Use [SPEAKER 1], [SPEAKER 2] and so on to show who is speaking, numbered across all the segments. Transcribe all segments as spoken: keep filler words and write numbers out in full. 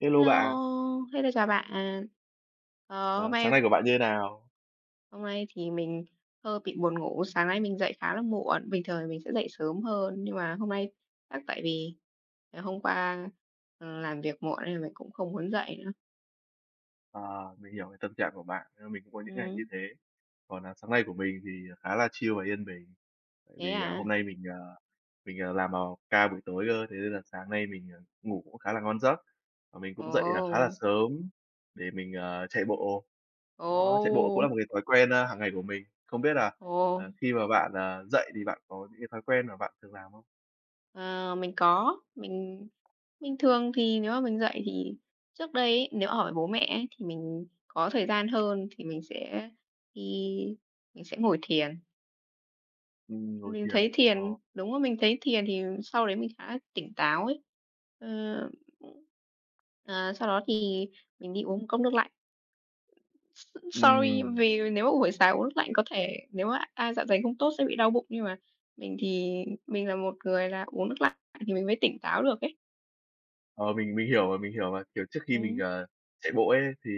[SPEAKER 1] Hello bạn,
[SPEAKER 2] Hello. Hello, chào bạn. Ờ, hôm
[SPEAKER 1] ờ,
[SPEAKER 2] nay
[SPEAKER 1] sáng nay của bạn như thế nào?
[SPEAKER 2] hôm nay thì mình hơi bị buồn ngủ, sáng nay mình dậy khá là muộn, bình thường thì mình sẽ dậy sớm hơn, nhưng mà hôm nay chắc tại vì ngày hôm qua, ờ, làm việc muộn nên là mình cũng không muốn dậy nữa.
[SPEAKER 1] Ờ, mình hiểu cái tâm trạng của bạn, ơ, mình cũng có những ngày như
[SPEAKER 2] Ừm.
[SPEAKER 1] thế. Còn, à, sáng nay của mình thì khá là chill và yên bình, tại
[SPEAKER 2] Thế
[SPEAKER 1] vì, à,
[SPEAKER 2] à?
[SPEAKER 1] hôm nay mình, ờ, mình, ờ, làm vào ca buổi tối cơ, thế nên là sáng nay mình, ờ, ngủ cũng khá là ngon giấc. Và mình cũng dậy, à, khá là
[SPEAKER 2] Ồ,
[SPEAKER 1] sớm để mình, ờ, chạy bộ,
[SPEAKER 2] ồ,
[SPEAKER 1] đó, chạy bộ cũng là một cái thói quen, a, hàng ngày của mình. Không biết là,
[SPEAKER 2] ồ.
[SPEAKER 1] ờ, khi mà bạn, à, dậy thì bạn có những cái thói quen mà bạn thường làm không?
[SPEAKER 2] Ờ, mình có, mình bình thường thì nếu mà mình dậy thì trước đây ấy, nếu ở với bố mẹ ấy, thì mình có thời gian hơn thì mình sẽ đi mình sẽ ngồi thiền.
[SPEAKER 1] Ừm, ngồi
[SPEAKER 2] Mình
[SPEAKER 1] thiền,
[SPEAKER 2] thấy
[SPEAKER 1] ờ,
[SPEAKER 2] thiền đúng là mình thấy thiền thì sau đấy mình khá tỉnh táo ấy. Ờ, ờ, sau đó thì mình đi uống một cốc nước lạnh. S sorry
[SPEAKER 1] ừm.
[SPEAKER 2] vì nếu mà buổi sáng uống nước lạnh có thể nếu mà ai dạ dày không tốt sẽ bị đau bụng, nhưng mà mình thì mình là một người là uống nước lạnh thì mình mới tỉnh táo được ấy.
[SPEAKER 1] Ờ, mình mình hiểu mà, mình hiểu mà. Kiểu, trước khi mình,
[SPEAKER 2] Ừm.
[SPEAKER 1] ờ, chạy bộ ấy thì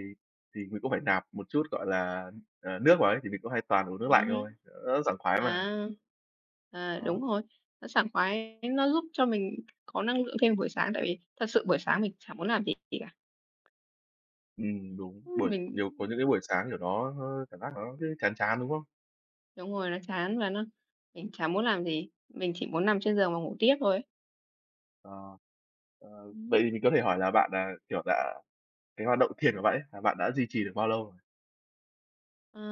[SPEAKER 1] thì mình cũng phải nạp một chút, gọi là, ờ, nước vào ấy, thì mình cũng hay toàn uống nước
[SPEAKER 2] Ừm
[SPEAKER 1] lạnh
[SPEAKER 2] hứm.
[SPEAKER 1] thôi, đỡ sảng khoái mà.
[SPEAKER 2] À, à, đúng
[SPEAKER 1] Đó,
[SPEAKER 2] rồi, nó sảng khoái, nó giúp cho mình có năng lượng thêm buổi sáng, tại vì thật sự buổi sáng mình chả muốn làm gì cả.
[SPEAKER 1] ừm, đúng,
[SPEAKER 2] Ưm,
[SPEAKER 1] buổi
[SPEAKER 2] mình
[SPEAKER 1] nhiều có những cái buổi sáng, kiểu, nó nó cảm giác nó cứ chán chán, đúng không?
[SPEAKER 2] đúng rồi, nó chán và nó mình chả muốn làm gì, mình chỉ muốn nằm trên giường và ngủ tiếp thôi ấy.
[SPEAKER 1] Ờ, ờ, vậy
[SPEAKER 2] Ừm.
[SPEAKER 1] thì mình có thể hỏi là bạn, à, kiểu, đã cái hoạt động thiền của bạn ấy, là bạn đã duy trì được bao lâu rồi?
[SPEAKER 2] Ờ,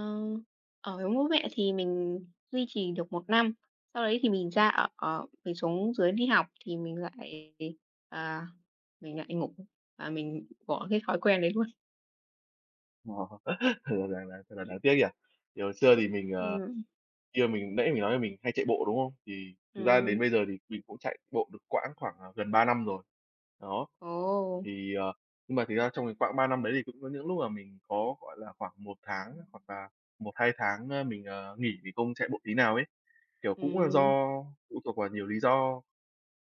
[SPEAKER 2] ở với bố mẹ thì mình duy trì được một năm, sau đấy thì mình ra ở ở mình xuống dưới đi học thì mình lại, à, mình lại ngủ và mình bỏ cái thói quen đấy luôn.
[SPEAKER 1] Ồ, thật là đáng đáng thật là đáng tiếc nhỉ? Thì hồi xưa thì mình, ờ
[SPEAKER 2] Ừm,
[SPEAKER 1] Kia mình nãy mình nói là mình hay chạy bộ, đúng không? Thì thực ra đến
[SPEAKER 2] ừm.
[SPEAKER 1] bây giờ thì mình cũng chạy bộ được quãng khoảng, à, gần ba năm rồi. Đó,
[SPEAKER 2] Ồ!
[SPEAKER 1] thì, ờ, nhưng mà thực ra trong cái quãng ba năm đấy thì cũng có những lúc mà mình có, gọi là, khoảng một tháng hoặc là một hai tháng, ơ, mình, ờ, nghỉ vì không chạy bộ tí nào ấy. Kiểu, cũng là
[SPEAKER 2] Ừm,
[SPEAKER 1] do phụ thuộc vào nhiều lý do,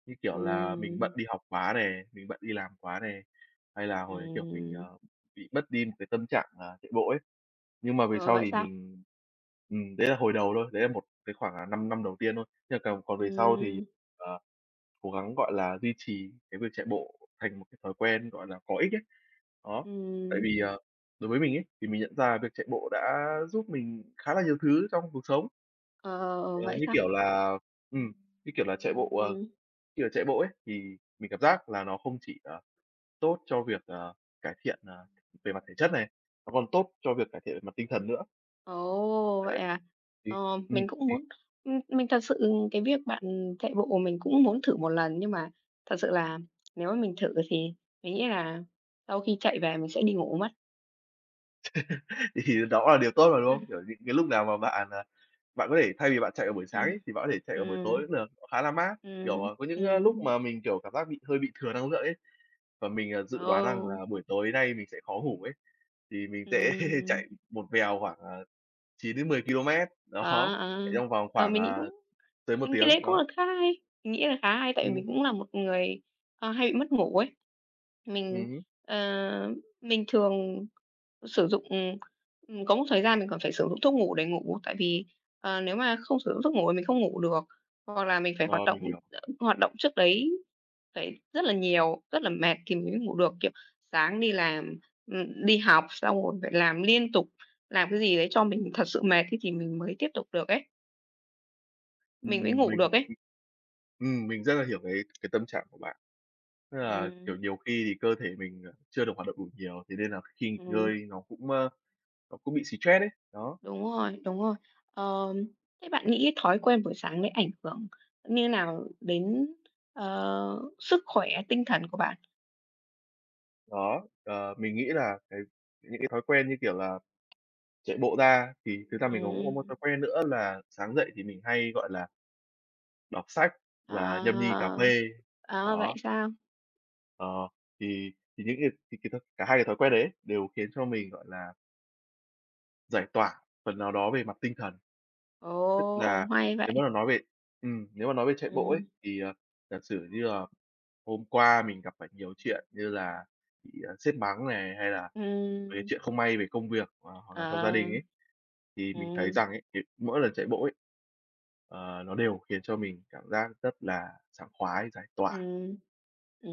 [SPEAKER 1] như kiểu là mình bận
[SPEAKER 2] ừm,
[SPEAKER 1] đi học quá này, mình bận đi làm quá này, hay là hồi đấy, kiểu, mình,
[SPEAKER 2] ừm.
[SPEAKER 1] ờ, bị mất đi một cái tâm trạng, à, chạy bộ ấy. Nhưng mà về
[SPEAKER 2] Ờ,
[SPEAKER 1] sau
[SPEAKER 2] vậy
[SPEAKER 1] thì
[SPEAKER 2] sao?
[SPEAKER 1] mình ừm, Đấy là hồi đầu thôi, đấy là một cái khoảng, à, 5 năm năm đầu tiên thôi. Nhưng còn còn về sau thì,
[SPEAKER 2] Ừm,
[SPEAKER 1] ờ, cố gắng, gọi là, duy trì cái việc chạy bộ thành một cái thói quen, gọi là, có ích ấy. Đó, tại
[SPEAKER 2] ừm,
[SPEAKER 1] vì, ờ, đối với mình ấy, thì mình nhận ra việc chạy bộ đã giúp mình khá là nhiều thứ trong cuộc sống.
[SPEAKER 2] ờ, ờ, ờ,
[SPEAKER 1] Ờ,
[SPEAKER 2] vậy
[SPEAKER 1] như
[SPEAKER 2] sao?
[SPEAKER 1] kiểu là ừm, như kiểu là chạy bộ, ờ,
[SPEAKER 2] Ừm,
[SPEAKER 1] khi mà chạy bộ ấy, thì mình cảm giác là nó không chỉ, ờ, tốt cho việc, ờ, cải thiện, ờ, về mặt thể chất này, nó còn tốt cho việc cải thiện về mặt tinh thần nữa.
[SPEAKER 2] ồ, vậy
[SPEAKER 1] Đấy.
[SPEAKER 2] à?
[SPEAKER 1] Thì
[SPEAKER 2] Ờ,
[SPEAKER 1] ừm,
[SPEAKER 2] mình cũng
[SPEAKER 1] thì
[SPEAKER 2] muốn ừm, mình thật sự cái việc bạn chạy bộ mình cũng muốn thử một lần, nhưng mà thật sự là nếu mà mình thử thì mình nghĩ là sau khi chạy về mình sẽ đi ngủ mất.
[SPEAKER 1] thì đó là điều tốt mà, đúng không? Kiểu, những cái lúc nào mà bạn, à, bạn có thể thay vì bạn chạy vào buổi sáng
[SPEAKER 2] Ừm,
[SPEAKER 1] ấy, thì bạn có thể chạy
[SPEAKER 2] ừm,
[SPEAKER 1] vào buổi tối
[SPEAKER 2] ừm,
[SPEAKER 1] cũng được, nó khá là mát. Kiểu,
[SPEAKER 2] ừm,
[SPEAKER 1] à, có những, a, lúc
[SPEAKER 2] ừm.
[SPEAKER 1] mà mình, kiểu, cảm giác bị hơi bị thừa năng lượng ấy, và mình, à, dự đoán rằng là
[SPEAKER 2] Ồ,
[SPEAKER 1] buổi tối nay mình sẽ khó ngủ ấy, thì mình sẽ
[SPEAKER 2] ừm.
[SPEAKER 1] chạy một vèo khoảng, à, chín đến mười ki-lô-mét,
[SPEAKER 2] À,
[SPEAKER 1] đó,
[SPEAKER 2] à.
[SPEAKER 1] chạy trong vòng
[SPEAKER 2] Ờ,
[SPEAKER 1] khoảng,
[SPEAKER 2] mình nghĩ
[SPEAKER 1] à,
[SPEAKER 2] cũng
[SPEAKER 1] tới một
[SPEAKER 2] mình nghĩ
[SPEAKER 1] tiếng,
[SPEAKER 2] đấy cũng
[SPEAKER 1] đó.
[SPEAKER 2] là khá hay, mình nghĩ là khá hay tại vì
[SPEAKER 1] Ừm,
[SPEAKER 2] mình cũng là một người, ờ, hay bị mất ngủ ấy. Mình,
[SPEAKER 1] ừm hứm,
[SPEAKER 2] ờ, mình thường sử dụng ừm, có một thời gian mình còn phải sử dụng thuốc ngủ để ngủ, tại vì, ờ, nếu mà không sử dụng thuốc ngủ thì mình không ngủ được, hoặc là mình phải
[SPEAKER 1] ờ,
[SPEAKER 2] hoạt động,
[SPEAKER 1] mình hiểu.
[SPEAKER 2] ờ, hoạt động trước đấy. Đấy, rất là nhiều, rất là mệt thì mới ngủ được, kiểu, sáng đi làm, ừm, đi học xong rồi phải làm liên tục, làm cái gì đấy cho mình thật sự mệt ấy thì mình mới tiếp tục được ấy, mình mới
[SPEAKER 1] Ừm,
[SPEAKER 2] ngủ
[SPEAKER 1] mình
[SPEAKER 2] được ấy.
[SPEAKER 1] ừm, mình rất là hiểu cái cái tâm trạng của bạn. Tức là,
[SPEAKER 2] Ừm,
[SPEAKER 1] kiểu, nhiều khi thì cơ thể mình, ờ, chưa được hoạt động đủ nhiều, thế nên là khi nghỉ
[SPEAKER 2] ừm,
[SPEAKER 1] ngơi nó cũng, ơ, nó cũng bị stress đấy. Đó,
[SPEAKER 2] đúng rồi, đúng rồi. Ờm, thế bạn nghĩ thói quen buổi sáng đấy ảnh hưởng như nào đến, ờ, sức khỏe tinh thần của bạn?
[SPEAKER 1] đó, ờ, mình nghĩ là cái những cái thói quen như kiểu là chạy bộ ra thì thực ra mình cũng có một
[SPEAKER 2] Ừm,
[SPEAKER 1] thói quen nữa là sáng dậy thì mình hay, gọi là, đọc sách và nhâm nhi cà
[SPEAKER 2] à,
[SPEAKER 1] phê.
[SPEAKER 2] à, vậy
[SPEAKER 1] Đó,
[SPEAKER 2] sao?
[SPEAKER 1] ờ, thì thì những cái thì cái th cả hai cái thói quen đấy đều khiến cho mình, gọi là, giải tỏa phần nào đó về mặt tinh thần. Tức
[SPEAKER 2] Ồ,
[SPEAKER 1] là
[SPEAKER 2] hay vậy!
[SPEAKER 1] nếu mà nói về ừm, nếu mà nói về chạy bộ ấy
[SPEAKER 2] Ừm,
[SPEAKER 1] thì, ờ, giả sử như là hôm qua mình gặp phải nhiều chuyện như là bị, ờ, sếp mắng này, hay là mấy cái
[SPEAKER 2] ừm,
[SPEAKER 1] chuyện không may về công việc, ờ, hoặc là trong gia đình
[SPEAKER 2] ờ,
[SPEAKER 1] ấy. Thì mình thấy
[SPEAKER 2] ừm.
[SPEAKER 1] rằng ấy, cái mỗi lần chạy bộ ấy, ờ, nó đều khiến cho mình cảm giác rất là sảng khoái, giải tỏa.
[SPEAKER 2] Ừ,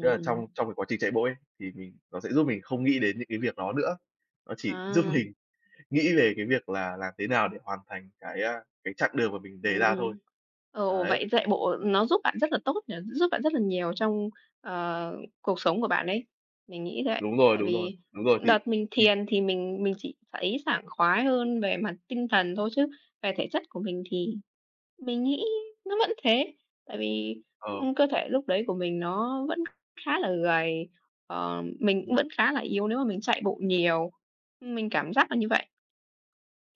[SPEAKER 1] Tức là
[SPEAKER 2] ừm.
[SPEAKER 1] trong trong cái quá trình chạy bộ ấy, thì mình nó sẽ giúp mình không nghĩ đến những cái việc đó nữa. Nó chỉ giúp
[SPEAKER 2] À,
[SPEAKER 1] mình nghĩ về cái việc là làm thế nào để hoàn thành cái, a, cái chặng đường mà mình đề
[SPEAKER 2] ừm,
[SPEAKER 1] ra thôi.
[SPEAKER 2] ừm. Ồ,
[SPEAKER 1] Đấy,
[SPEAKER 2] vậy chạy bộ nó giúp bạn rất là tốt nhỉ, giúp bạn rất là nhiều trong, ờ, cuộc sống của bạn ấy. Mình nghĩ vậy.
[SPEAKER 1] đúng rồi,
[SPEAKER 2] Tại
[SPEAKER 1] đúng rồi,
[SPEAKER 2] vì
[SPEAKER 1] đúng rồi, thì
[SPEAKER 2] đợt mình
[SPEAKER 1] ừm,
[SPEAKER 2] thiền thì mình mình chỉ thấy sảng khoái hơn về mặt tinh thần thôi chứ về thể chất của mình thì mình nghĩ nó vẫn thế. Tại vì,
[SPEAKER 1] ờ,
[SPEAKER 2] ừm, cơ thể lúc đấy của mình nó vẫn khá là gầy, ờ, mình cũng
[SPEAKER 1] ừm,
[SPEAKER 2] vẫn khá là yếu nếu mà mình chạy bộ nhiều. Mình cảm giác là như vậy.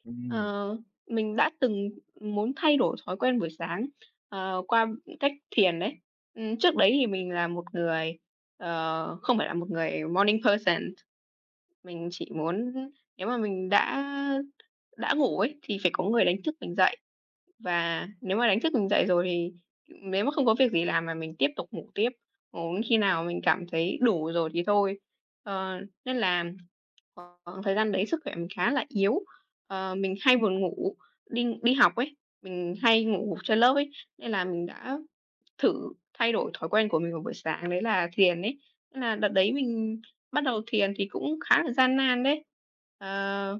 [SPEAKER 1] ừm,
[SPEAKER 2] Ờ, mình đã từng muốn thay đổi thói quen buổi sáng, ờ, qua cách thiền đấy. Ừm, trước đấy thì mình là một người, ờ, không phải là một người morning person, mình chỉ muốn nếu mà mình đã đã ngủ ấy, thì phải có người đánh thức mình dậy, và nếu mà đánh thức mình dậy rồi thì nếu mà không có việc gì làm mà mình tiếp tục ngủ tiếp, ngủ đến khi nào mình cảm thấy đủ rồi thì thôi. Ờ, nên là khoảng thời gian đấy sức khỏe mình khá là yếu, ờ, mình hay buồn ngủ, đi đi học ấy, mình hay ngủ gục trên lớp ấy, nên là mình đã thử thay đổi thói quen của mình vào buổi sáng đấy là thiền ấy. Nên là đợt đấy mình bắt đầu thiền thì cũng khá là gian nan đấy. Ờ,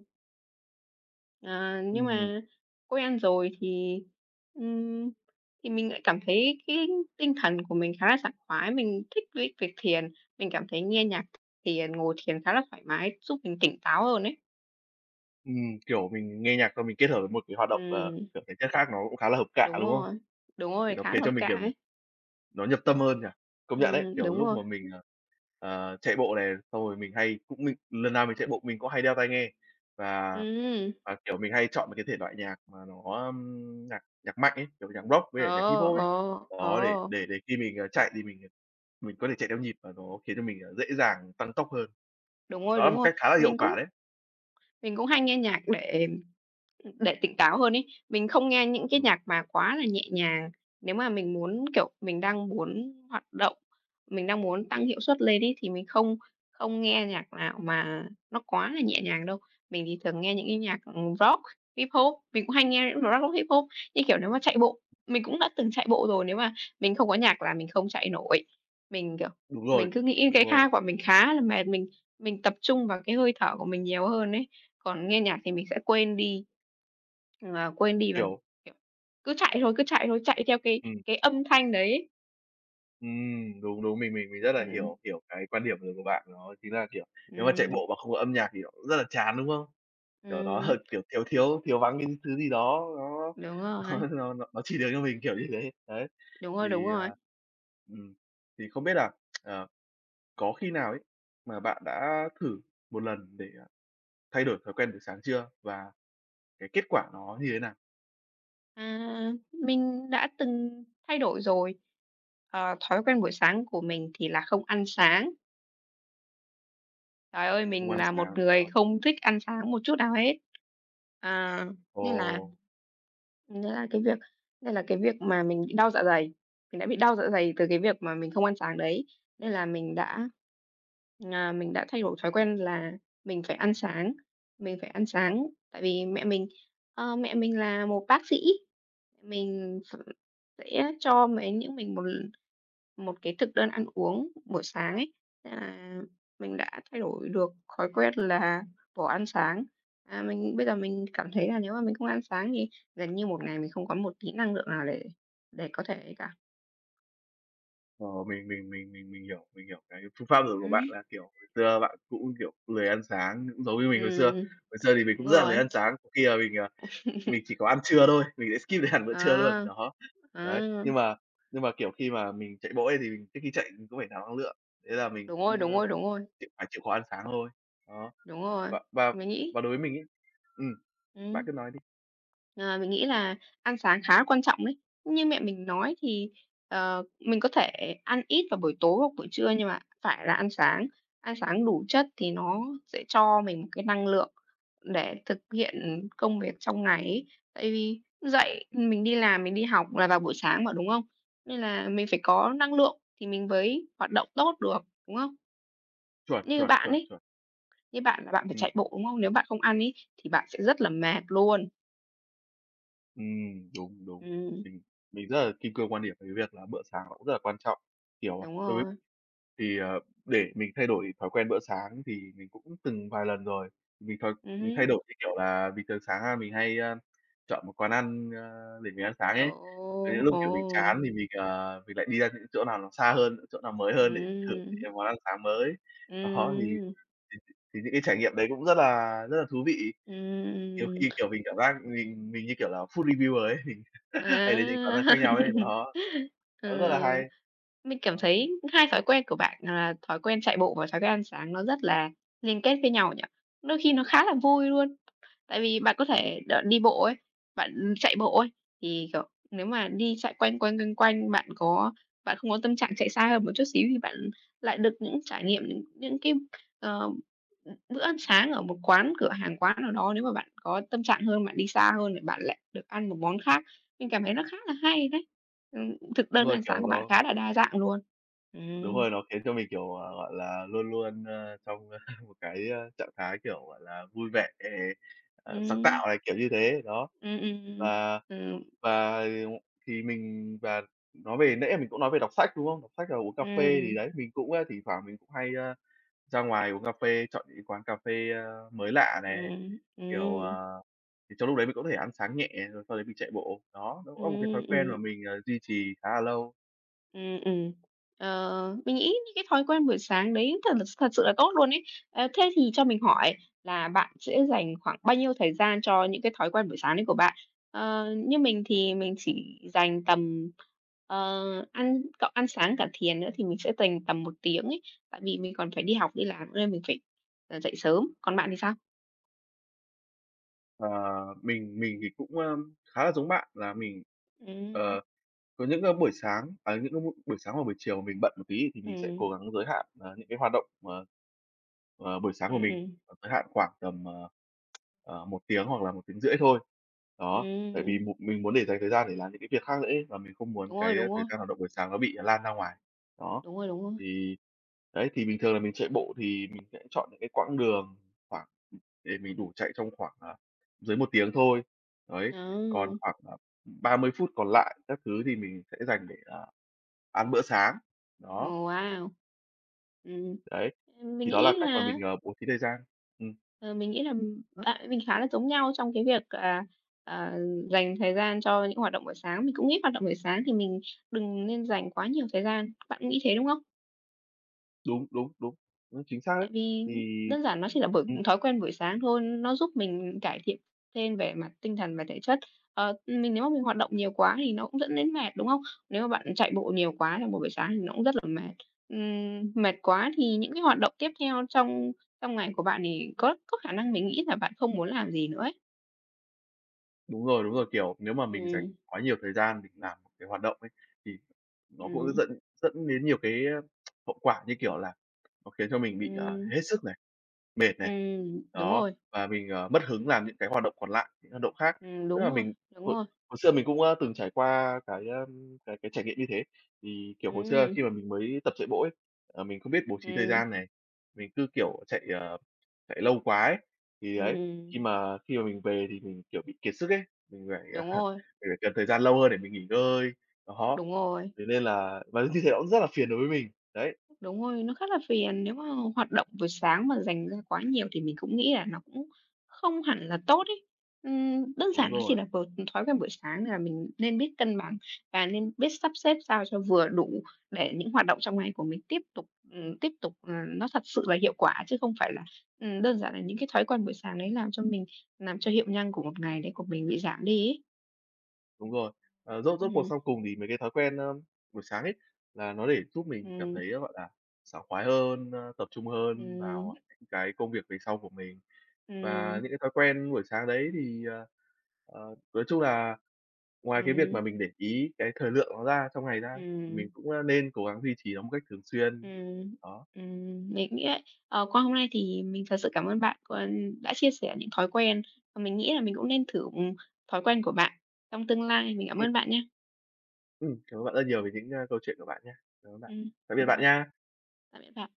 [SPEAKER 2] ờ, nhưng
[SPEAKER 1] ừm.
[SPEAKER 2] mà quen rồi thì, ừm, thì mình lại cảm thấy cái tinh thần của mình khá là sảng khoái, mình thích với việc thiền, mình cảm thấy nghe nhạc thiền, ngồi thiền khá là thoải mái, giúp mình tỉnh táo hơn ấy.
[SPEAKER 1] Ừm, kiểu, mình nghe nhạc xong mình kết hợp với một cái hoạt động, ờ,
[SPEAKER 2] Ừm,
[SPEAKER 1] kiểu, thể chất khác nó cũng khá là hợp cạ,
[SPEAKER 2] đúng
[SPEAKER 1] đúng không?
[SPEAKER 2] rồi, đúng
[SPEAKER 1] Thì
[SPEAKER 2] rồi,
[SPEAKER 1] nó
[SPEAKER 2] khá
[SPEAKER 1] khiến
[SPEAKER 2] là
[SPEAKER 1] cho mình,
[SPEAKER 2] cả
[SPEAKER 1] kiểu,
[SPEAKER 2] ấy.
[SPEAKER 1] nó nhập tâm hơn nhỉ? Công nhận đấy,
[SPEAKER 2] Ừm,
[SPEAKER 1] kiểu,
[SPEAKER 2] đúng
[SPEAKER 1] lúc
[SPEAKER 2] rồi.
[SPEAKER 1] mà mình, ờ, ờ, chạy bộ này, xong rồi mình hay cũng mình lần nào mình chạy bộ mình cũng hay đeo tai nghe và
[SPEAKER 2] Ừm,
[SPEAKER 1] và, kiểu, mình hay chọn một cái thể loại nhạc mà nó, ưm, nhạc nhạc mạnh ấy, kiểu, nhạc rock với cả nhạc hip
[SPEAKER 2] ờ,
[SPEAKER 1] hop ấy.
[SPEAKER 2] ờ,
[SPEAKER 1] Đó, để
[SPEAKER 2] ờ,
[SPEAKER 1] để để khi mình, ờ, chạy thì mình, ờ, mình có thể chạy theo nhịp và nó khiến cho mình, ờ, dễ dàng tăng tốc hơn.
[SPEAKER 2] đúng rồi,
[SPEAKER 1] Đó là
[SPEAKER 2] đúng
[SPEAKER 1] một
[SPEAKER 2] rồi.
[SPEAKER 1] cách khá là hiệu
[SPEAKER 2] Mình cũng
[SPEAKER 1] quả đấy.
[SPEAKER 2] mình cũng hay nghe nhạc để Ừm, để tỉnh táo hơn ấy, mình không nghe những cái
[SPEAKER 1] Ừm,
[SPEAKER 2] nhạc mà quá là nhẹ nhàng. Nếu mà mình muốn, kiểu, mình đang muốn hoạt động, mình đang muốn tăng hiệu suất lên ấy, thì mình không không nghe nhạc nào mà nó quá là nhẹ nhàng đâu. Mình thì thường nghe những cái nhạc, ừm, Rock, Hip Hop, mình cũng hay nghe Rock, Hip Hop. Như kiểu nếu mà chạy bộ, mình cũng đã từng chạy bộ rồi, nếu mà mình không có nhạc là mình không chạy nổi. Mình, kiểu,
[SPEAKER 1] đúng rồi,
[SPEAKER 2] mình cứ nghĩ
[SPEAKER 1] đúng
[SPEAKER 2] cái
[SPEAKER 1] rồi,
[SPEAKER 2] khang của mình khá là mệt, mình mình tập trung vào cái hơi thở của mình nhiều hơn ấy. Còn nghe nhạc thì mình sẽ quên đi. Ờ, quên đi bằng,
[SPEAKER 1] kiểu
[SPEAKER 2] kiểu, cứ chạy thôi, cứ chạy thôi, chạy theo cái
[SPEAKER 1] ừm.
[SPEAKER 2] cái âm thanh đấy ấy.
[SPEAKER 1] Ừm, đúng, đúng, mình mình mình rất là
[SPEAKER 2] Ừm,
[SPEAKER 1] hiểu hiểu cái quan điểm của bạn, đó chính là, kiểu, nếu mà chạy
[SPEAKER 2] ừm,
[SPEAKER 1] bộ mà không có âm nhạc thì nó cũng rất là chán, đúng không? Kiểu, nó h
[SPEAKER 2] ừm,
[SPEAKER 1] kiểu, thiếu thiếu thiếu vắng cái thứ gì đó nó
[SPEAKER 2] đúng rồi,
[SPEAKER 1] nó nó nó nó chỉ được cho mình, kiểu như thế. Đấy,
[SPEAKER 2] đúng rồi, đúng
[SPEAKER 1] thì,
[SPEAKER 2] rồi.
[SPEAKER 1] à ừm, thì không biết là, ờ, có khi nào ấy mà bạn đã thử một lần để, à, thay đổi thói quen buổi sáng chưa? Và cái kết quả nó như thế nào?
[SPEAKER 2] À, mình đã từng thay đổi rồi. Ờ, thói quen buổi sáng của mình thì là không ăn sáng. Trời ơi,
[SPEAKER 1] Không
[SPEAKER 2] mình
[SPEAKER 1] ăn
[SPEAKER 2] là một
[SPEAKER 1] sáng, ờ,
[SPEAKER 2] người không thích ăn sáng một chút nào hết, à,
[SPEAKER 1] ồ.
[SPEAKER 2] nên là nghĩa là cái việc nên là cái việc mà mình bị đau dạ dày, mình đã bị đau dạ dày từ cái việc mà mình không ăn sáng đấy, nên là mình đã, à, mình đã thay đổi thói quen là mình phải ăn sáng, mình phải ăn sáng. Tại vì mẹ mình, ờ, mẹ mình là một bác sĩ. Mình ph sẽ cho mấy những mình một một cái thực đơn ăn uống buổi sáng ấy, nên là mình đã thay đổi được thói quen là bỏ ăn sáng. À, mình bây giờ mình cảm thấy là nếu mà mình không ăn sáng thì gần như một ngày mình không có một tí năng lượng nào để để có thể ấy cả.
[SPEAKER 1] Ờ, mình mình mình mình mình hiểu, mình hiểu cái phương pháp rồi của bạn
[SPEAKER 2] Ừm,
[SPEAKER 1] là, kiểu, hồi xưa bạn cũng, kiểu, lười ăn sáng cũng giống như mình hồi xưa.
[SPEAKER 2] ừm,
[SPEAKER 1] Hồi xưa thì mình
[SPEAKER 2] đúng
[SPEAKER 1] cũng rất là lười
[SPEAKER 2] rồi.
[SPEAKER 1] ăn sáng, có khi là mình, à, mình chỉ có ăn trưa thôi, mình sẽ skip đến hẳn bữa trưa luôn,
[SPEAKER 2] À,
[SPEAKER 1] đó. Đấy,
[SPEAKER 2] à,
[SPEAKER 1] nhưng mà nhưng mà, kiểu, khi mà mình chạy bộ ấy thì mình trước khi chạy mình cũng phải nạp năng lượng, thế là mình
[SPEAKER 2] đúng
[SPEAKER 1] cũng,
[SPEAKER 2] rồi, đúng
[SPEAKER 1] ơ,
[SPEAKER 2] rồi, đúng rồi,
[SPEAKER 1] chịu phải chịu khó ăn sáng thôi. Đó,
[SPEAKER 2] đúng rồi,
[SPEAKER 1] và và
[SPEAKER 2] mình nghĩ.
[SPEAKER 1] và đối với mình ấy ừm, bạn
[SPEAKER 2] Ừm.
[SPEAKER 1] cứ nói đi.
[SPEAKER 2] Ờ, mình nghĩ là ăn sáng khá là quan trọng đấy. Như mẹ mình nói thì, ờ, mình có thể ăn ít vào buổi tối hoặc buổi trưa nhưng mà phải là ăn sáng, ăn sáng đủ chất thì nó sẽ cho mình một cái năng lượng để thực hiện công việc trong ngày ấy. Tại vì dậy mình đi làm, mình đi học là vào buổi sáng mà, đúng không? Nên là mình phải có năng lượng thì mình mới hoạt động tốt được, đúng không?
[SPEAKER 1] Chuẩn,
[SPEAKER 2] Như
[SPEAKER 1] chuẩn,
[SPEAKER 2] bạn
[SPEAKER 1] chuẩn,
[SPEAKER 2] ấy,
[SPEAKER 1] chuẩn.
[SPEAKER 2] như bạn là bạn phải
[SPEAKER 1] Ừm.
[SPEAKER 2] chạy bộ, đúng không? Nếu bạn không ăn ấy thì bạn sẽ rất là mệt luôn.
[SPEAKER 1] Ừm, đúng, đúng.
[SPEAKER 2] Ừm,
[SPEAKER 1] Mình mình rất là kim cương quan điểm về cái việc là bữa sáng nó cũng rất là quan trọng. Kiểu, à,
[SPEAKER 2] đúng
[SPEAKER 1] đối với
[SPEAKER 2] rồi.
[SPEAKER 1] thì, ờ, để mình thay đổi thói quen bữa sáng thì mình cũng từng vài lần rồi. Mình thói mình thay
[SPEAKER 2] Ừm.
[SPEAKER 1] đổi, như kiểu là, bình thường sáng ra mình hay, a, chọn một quán ăn, ơ, để mình ăn sáng
[SPEAKER 2] Ồ,
[SPEAKER 1] ấy. Đến những lúc,
[SPEAKER 2] ồ,
[SPEAKER 1] kiểu, mình chán thì mình, ờ, mình lại đi ra những chỗ nào nó xa hơn, chỗ nào mới hơn để thử những
[SPEAKER 2] ừm,
[SPEAKER 1] cái món ăn sáng mới. Đó, thì
[SPEAKER 2] ừm,
[SPEAKER 1] thì thì những cái trải nghiệm đấy cũng rất là rất là thú vị. Nhiều
[SPEAKER 2] ừm,
[SPEAKER 1] khi, kiểu, mình cảm giác mình mình như kiểu là food reviewer ấy.
[SPEAKER 2] à.
[SPEAKER 1] Hay đến những quán ăn khác nhau ấy, đó, nó rất là
[SPEAKER 2] Ờ,
[SPEAKER 1] hay.
[SPEAKER 2] mình cảm
[SPEAKER 1] Đó,
[SPEAKER 2] thấy hai thói quen của bạn là thói quen chạy bộ và thói quen ăn sáng nó rất là liên kết với nhau nhỉ? Đôi khi nó khá là vui luôn. Tại vì bạn có
[SPEAKER 1] đúng,
[SPEAKER 2] thể đ đi bộ ấy, bạn chạy bộ ấy, thì, kiểu, nếu mà đi chạy quanh quanh, quanh quanh, bạn có bạn không có tâm trạng chạy xa hơn một chút xíu thì bạn lại được những trải nghiệm những những cái, ờ, ừm, bữa ăn sáng ở một quán cửa hàng quán nào đó, nếu mà bạn có tâm trạng hơn, bạn đi xa hơn thì bạn lại được ăn một món khác. Mình cảm thấy nó khá là hay đấy. Ừm, thực
[SPEAKER 1] đúng
[SPEAKER 2] đơn
[SPEAKER 1] rồi,
[SPEAKER 2] ăn sáng
[SPEAKER 1] kiểu,
[SPEAKER 2] của bạn
[SPEAKER 1] nó
[SPEAKER 2] khá là đa dạng luôn.
[SPEAKER 1] đúng
[SPEAKER 2] Ừm,
[SPEAKER 1] rồi, nó khiến cho mình, kiểu, à, gọi là, luôn luôn, ơ, trong ơ, một cái, ơ, trạng thái, kiểu, gọi là, vui vẻ, ờ, sáng
[SPEAKER 2] ừm,
[SPEAKER 1] tạo này, kiểu như thế, đó.
[SPEAKER 2] ừm, ừm, ừm,
[SPEAKER 1] Và
[SPEAKER 2] ừm,
[SPEAKER 1] và thì mình và nói về nãy mình cũng nói về đọc sách, đúng không? Đọc sách, rồi uống cà phê thì
[SPEAKER 2] ừm,
[SPEAKER 1] đấy, mình cũng, a, thỉnh thoảng mình cũng hay, a, ra ngoài uống cà phê, chọn những cái quán cà phê, a, mới lạ nè.
[SPEAKER 2] ừm,
[SPEAKER 1] Kiểu,
[SPEAKER 2] ừm,
[SPEAKER 1] ờ, thì trong lúc đấy mình có thể ăn sáng nhẹ, rồi sau đấy mình chạy bộ. Đó, nó cũng là một cái thói
[SPEAKER 2] ừm,
[SPEAKER 1] quen mà
[SPEAKER 2] ừm.
[SPEAKER 1] mình, ờ, duy trì khá là lâu.
[SPEAKER 2] Ừm, ừm. Ờ, mình nghĩ những cái thói quen buổi sáng đấy thật thật sự là tốt luôn ấy. Ờ, thế thì cho mình hỏi là bạn sẽ dành khoảng bao nhiêu thời gian cho những cái thói quen buổi sáng đấy của bạn? Ờ, như mình thì mình chỉ dành tầm, ờ, ăn cộng ăn sáng cả thiền nữa thì mình sẽ dành tầm một tiếng ấy, tại vì mình còn phải đi học, đi làm nên mình phải, ờ, dậy sớm. Còn bạn thì sao?
[SPEAKER 1] Ờ, mình mình thì cũng, ơ, khá là giống bạn là mình,
[SPEAKER 2] Ừm,
[SPEAKER 1] ờ Có những, ơ, buổi sáng à, những cái b buổi sáng và buổi chiều mà mình bận một tí thì mình sẽ
[SPEAKER 2] ừm,
[SPEAKER 1] cố gắng giới hạn, ờ, những cái hoạt động, ờ, ờ, buổi sáng của
[SPEAKER 2] ừm,
[SPEAKER 1] mình,
[SPEAKER 2] ừm,
[SPEAKER 1] ờ, giới hạn khoảng tầm, ờ, ờ, một tiếng hoặc là một tiếng rưỡi thôi. Đó, tại vì
[SPEAKER 2] ừm.
[SPEAKER 1] mục mình muốn để dành thời gian để làm những cái việc khác nữa ấy, và mình không muốn
[SPEAKER 2] Đúng rồi,
[SPEAKER 1] cái,
[SPEAKER 2] đúng
[SPEAKER 1] thời
[SPEAKER 2] rồi,
[SPEAKER 1] gian hoạt động buổi sáng nó bị lan ra ngoài. Đó,
[SPEAKER 2] đúng rồi, đúng rồi.
[SPEAKER 1] thì đấy, thì bình thường là mình chạy bộ thì mình sẽ chọn những cái quãng đường khoảng để mình đủ chạy trong khoảng, à, dưới một tiếng thôi. Đấy, còn
[SPEAKER 2] Đó,
[SPEAKER 1] khoảng, à Ba mươi phút còn lại các thứ thì mình sẽ dành để, ờ, ăn bữa sáng. Đó,
[SPEAKER 2] wow! Ừm.
[SPEAKER 1] đấy,
[SPEAKER 2] Ừm, mình
[SPEAKER 1] thì đó là
[SPEAKER 2] nghĩ
[SPEAKER 1] cách mà
[SPEAKER 2] là,
[SPEAKER 1] mình, ờ, bố trí thời gian. Ừm,
[SPEAKER 2] ờ, mình nghĩ là bạn với mình khá là giống nhau trong cái việc, à, à, dành thời gian cho những hoạt động buổi sáng. Mình cũng nghĩ hoạt động buổi sáng thì mình đừng nên dành quá nhiều thời gian. Bạn nghĩ thế, đúng không?
[SPEAKER 1] đúng, đúng, đúng, đúng, chính xác đấy.
[SPEAKER 2] Tại vì
[SPEAKER 1] Thì
[SPEAKER 2] đơn giản nó chỉ là buổi
[SPEAKER 1] ừm,
[SPEAKER 2] thói quen buổi sáng thôi, nó giúp mình cải thiện thêm về mặt tinh thần và thể chất. Ờ, mình nếu mà mình hoạt động nhiều quá thì nó cũng dẫn đến mệt, đúng không? Nếu mà bạn chạy bộ nhiều quá trong một buổi sáng thì nó cũng rất là mệt. Ừm, mệt quá thì những cái hoạt động tiếp theo trong trong ngày của bạn thì có có khả năng mình nghĩ là bạn không muốn làm gì nữa ấy.
[SPEAKER 1] đúng rồi, đúng rồi, kiểu, nếu mà mình dành
[SPEAKER 2] Ừm,
[SPEAKER 1] quá nhiều thời gian mình làm một cái hoạt động ấy, thì nó cũng
[SPEAKER 2] ừm,
[SPEAKER 1] dẫn dẫn đến nhiều cái, ơ, hậu quả, như kiểu là, nó khiến cho mình bị, ờ,
[SPEAKER 2] ừm,
[SPEAKER 1] hết sức này. Mệt này,
[SPEAKER 2] ừm, đúng
[SPEAKER 1] đó,
[SPEAKER 2] rồi,
[SPEAKER 1] và mình, ờ, mất hứng làm những cái hoạt động còn lại, những hoạt động khác.
[SPEAKER 2] ừm,
[SPEAKER 1] Tức
[SPEAKER 2] đúng
[SPEAKER 1] là
[SPEAKER 2] rồi,
[SPEAKER 1] mình
[SPEAKER 2] đúng
[SPEAKER 1] hồi
[SPEAKER 2] rồi,
[SPEAKER 1] hồi xưa mình cũng, a, từng trải qua cái, a, cái cái trải nghiệm như thế. Thì, kiểu, hồi xưa
[SPEAKER 2] ừm,
[SPEAKER 1] khi mà mình mới tập chạy bộ ấy, ờ, mình không biết bố trí thời
[SPEAKER 2] ừm,
[SPEAKER 1] gian này, mình cứ, kiểu, chạy, ờ, chạy lâu quá ấy, thì ấy, khi
[SPEAKER 2] ừm,
[SPEAKER 1] mà khi mà mình về thì mình, kiểu, bị kiệt sức ấy, mình phải,
[SPEAKER 2] đúng rồi,
[SPEAKER 1] mình phải cần thời gian lâu hơn để mình nghỉ ngơi, đó.
[SPEAKER 2] đúng rồi.
[SPEAKER 1] Thế nên là và như thế nó cũng rất là phiền đối với mình, đấy,
[SPEAKER 2] Đúng rồi, nó khá là phiền, nếu mà hoạt động buổi sáng mà dành ra quá nhiều thì mình cũng nghĩ là nó cũng không hẳn là tốt ấy. Ừm, đơn
[SPEAKER 1] đúng
[SPEAKER 2] giản nó chỉ
[SPEAKER 1] rồi.
[SPEAKER 2] là một thói quen buổi sáng là mình nên biết cân bằng và nên biết sắp xếp sao cho vừa đủ để những hoạt động trong ngày của mình tiếp tục, ừm, tiếp tục, ờ, nó thật sự là hiệu quả chứ không phải là, ừm, đơn giản là những cái thói quen buổi sáng đấy làm cho mình làm cho hiệu năng của một ngày đấy của mình bị giảm đi ấy.
[SPEAKER 1] Đúng rồi. Ờ, rốt rốt cuộc
[SPEAKER 2] Ừm,
[SPEAKER 1] sau cùng thì mấy cái thói quen, ơ, buổi sáng ấy, là nó để giúp mình cảm
[SPEAKER 2] ừm,
[SPEAKER 1] thấy, gọi là, sảng khoái hơn, ơ, tập trung hơn
[SPEAKER 2] ừm,
[SPEAKER 1] vào những cái công việc về sau của mình. Và
[SPEAKER 2] ừm,
[SPEAKER 1] những cái thói quen buổi sáng đấy thì, ờ, ờ, nói chung là ngoài cái việc
[SPEAKER 2] ừm,
[SPEAKER 1] mà mình để ý cái thời lượng nó ra trong ngày ra ấy, thì
[SPEAKER 2] ừm.
[SPEAKER 1] mình cũng, a, nên cố gắng duy trì nó một cách thường xuyên.
[SPEAKER 2] Ừm,
[SPEAKER 1] Đó.
[SPEAKER 2] ừm, mình nghĩ ấy, ờ, qua hôm nay thì mình thật sự cảm ơn bạn có đã chia sẻ những thói quen, và mình nghĩ là mình cũng nên thử thói quen của bạn trong tương lai. Mình cảm
[SPEAKER 1] Ừm,
[SPEAKER 2] ơn bạn nhé.
[SPEAKER 1] ừm, cảm ơn bạn rất nhiều về những, a, câu chuyện của bạn nha. Cảm ơn bạn.
[SPEAKER 2] Ừm,
[SPEAKER 1] Tạm biệt
[SPEAKER 2] mình cảm
[SPEAKER 1] bạn
[SPEAKER 2] ơn,
[SPEAKER 1] nha.
[SPEAKER 2] tạm biệt bạn.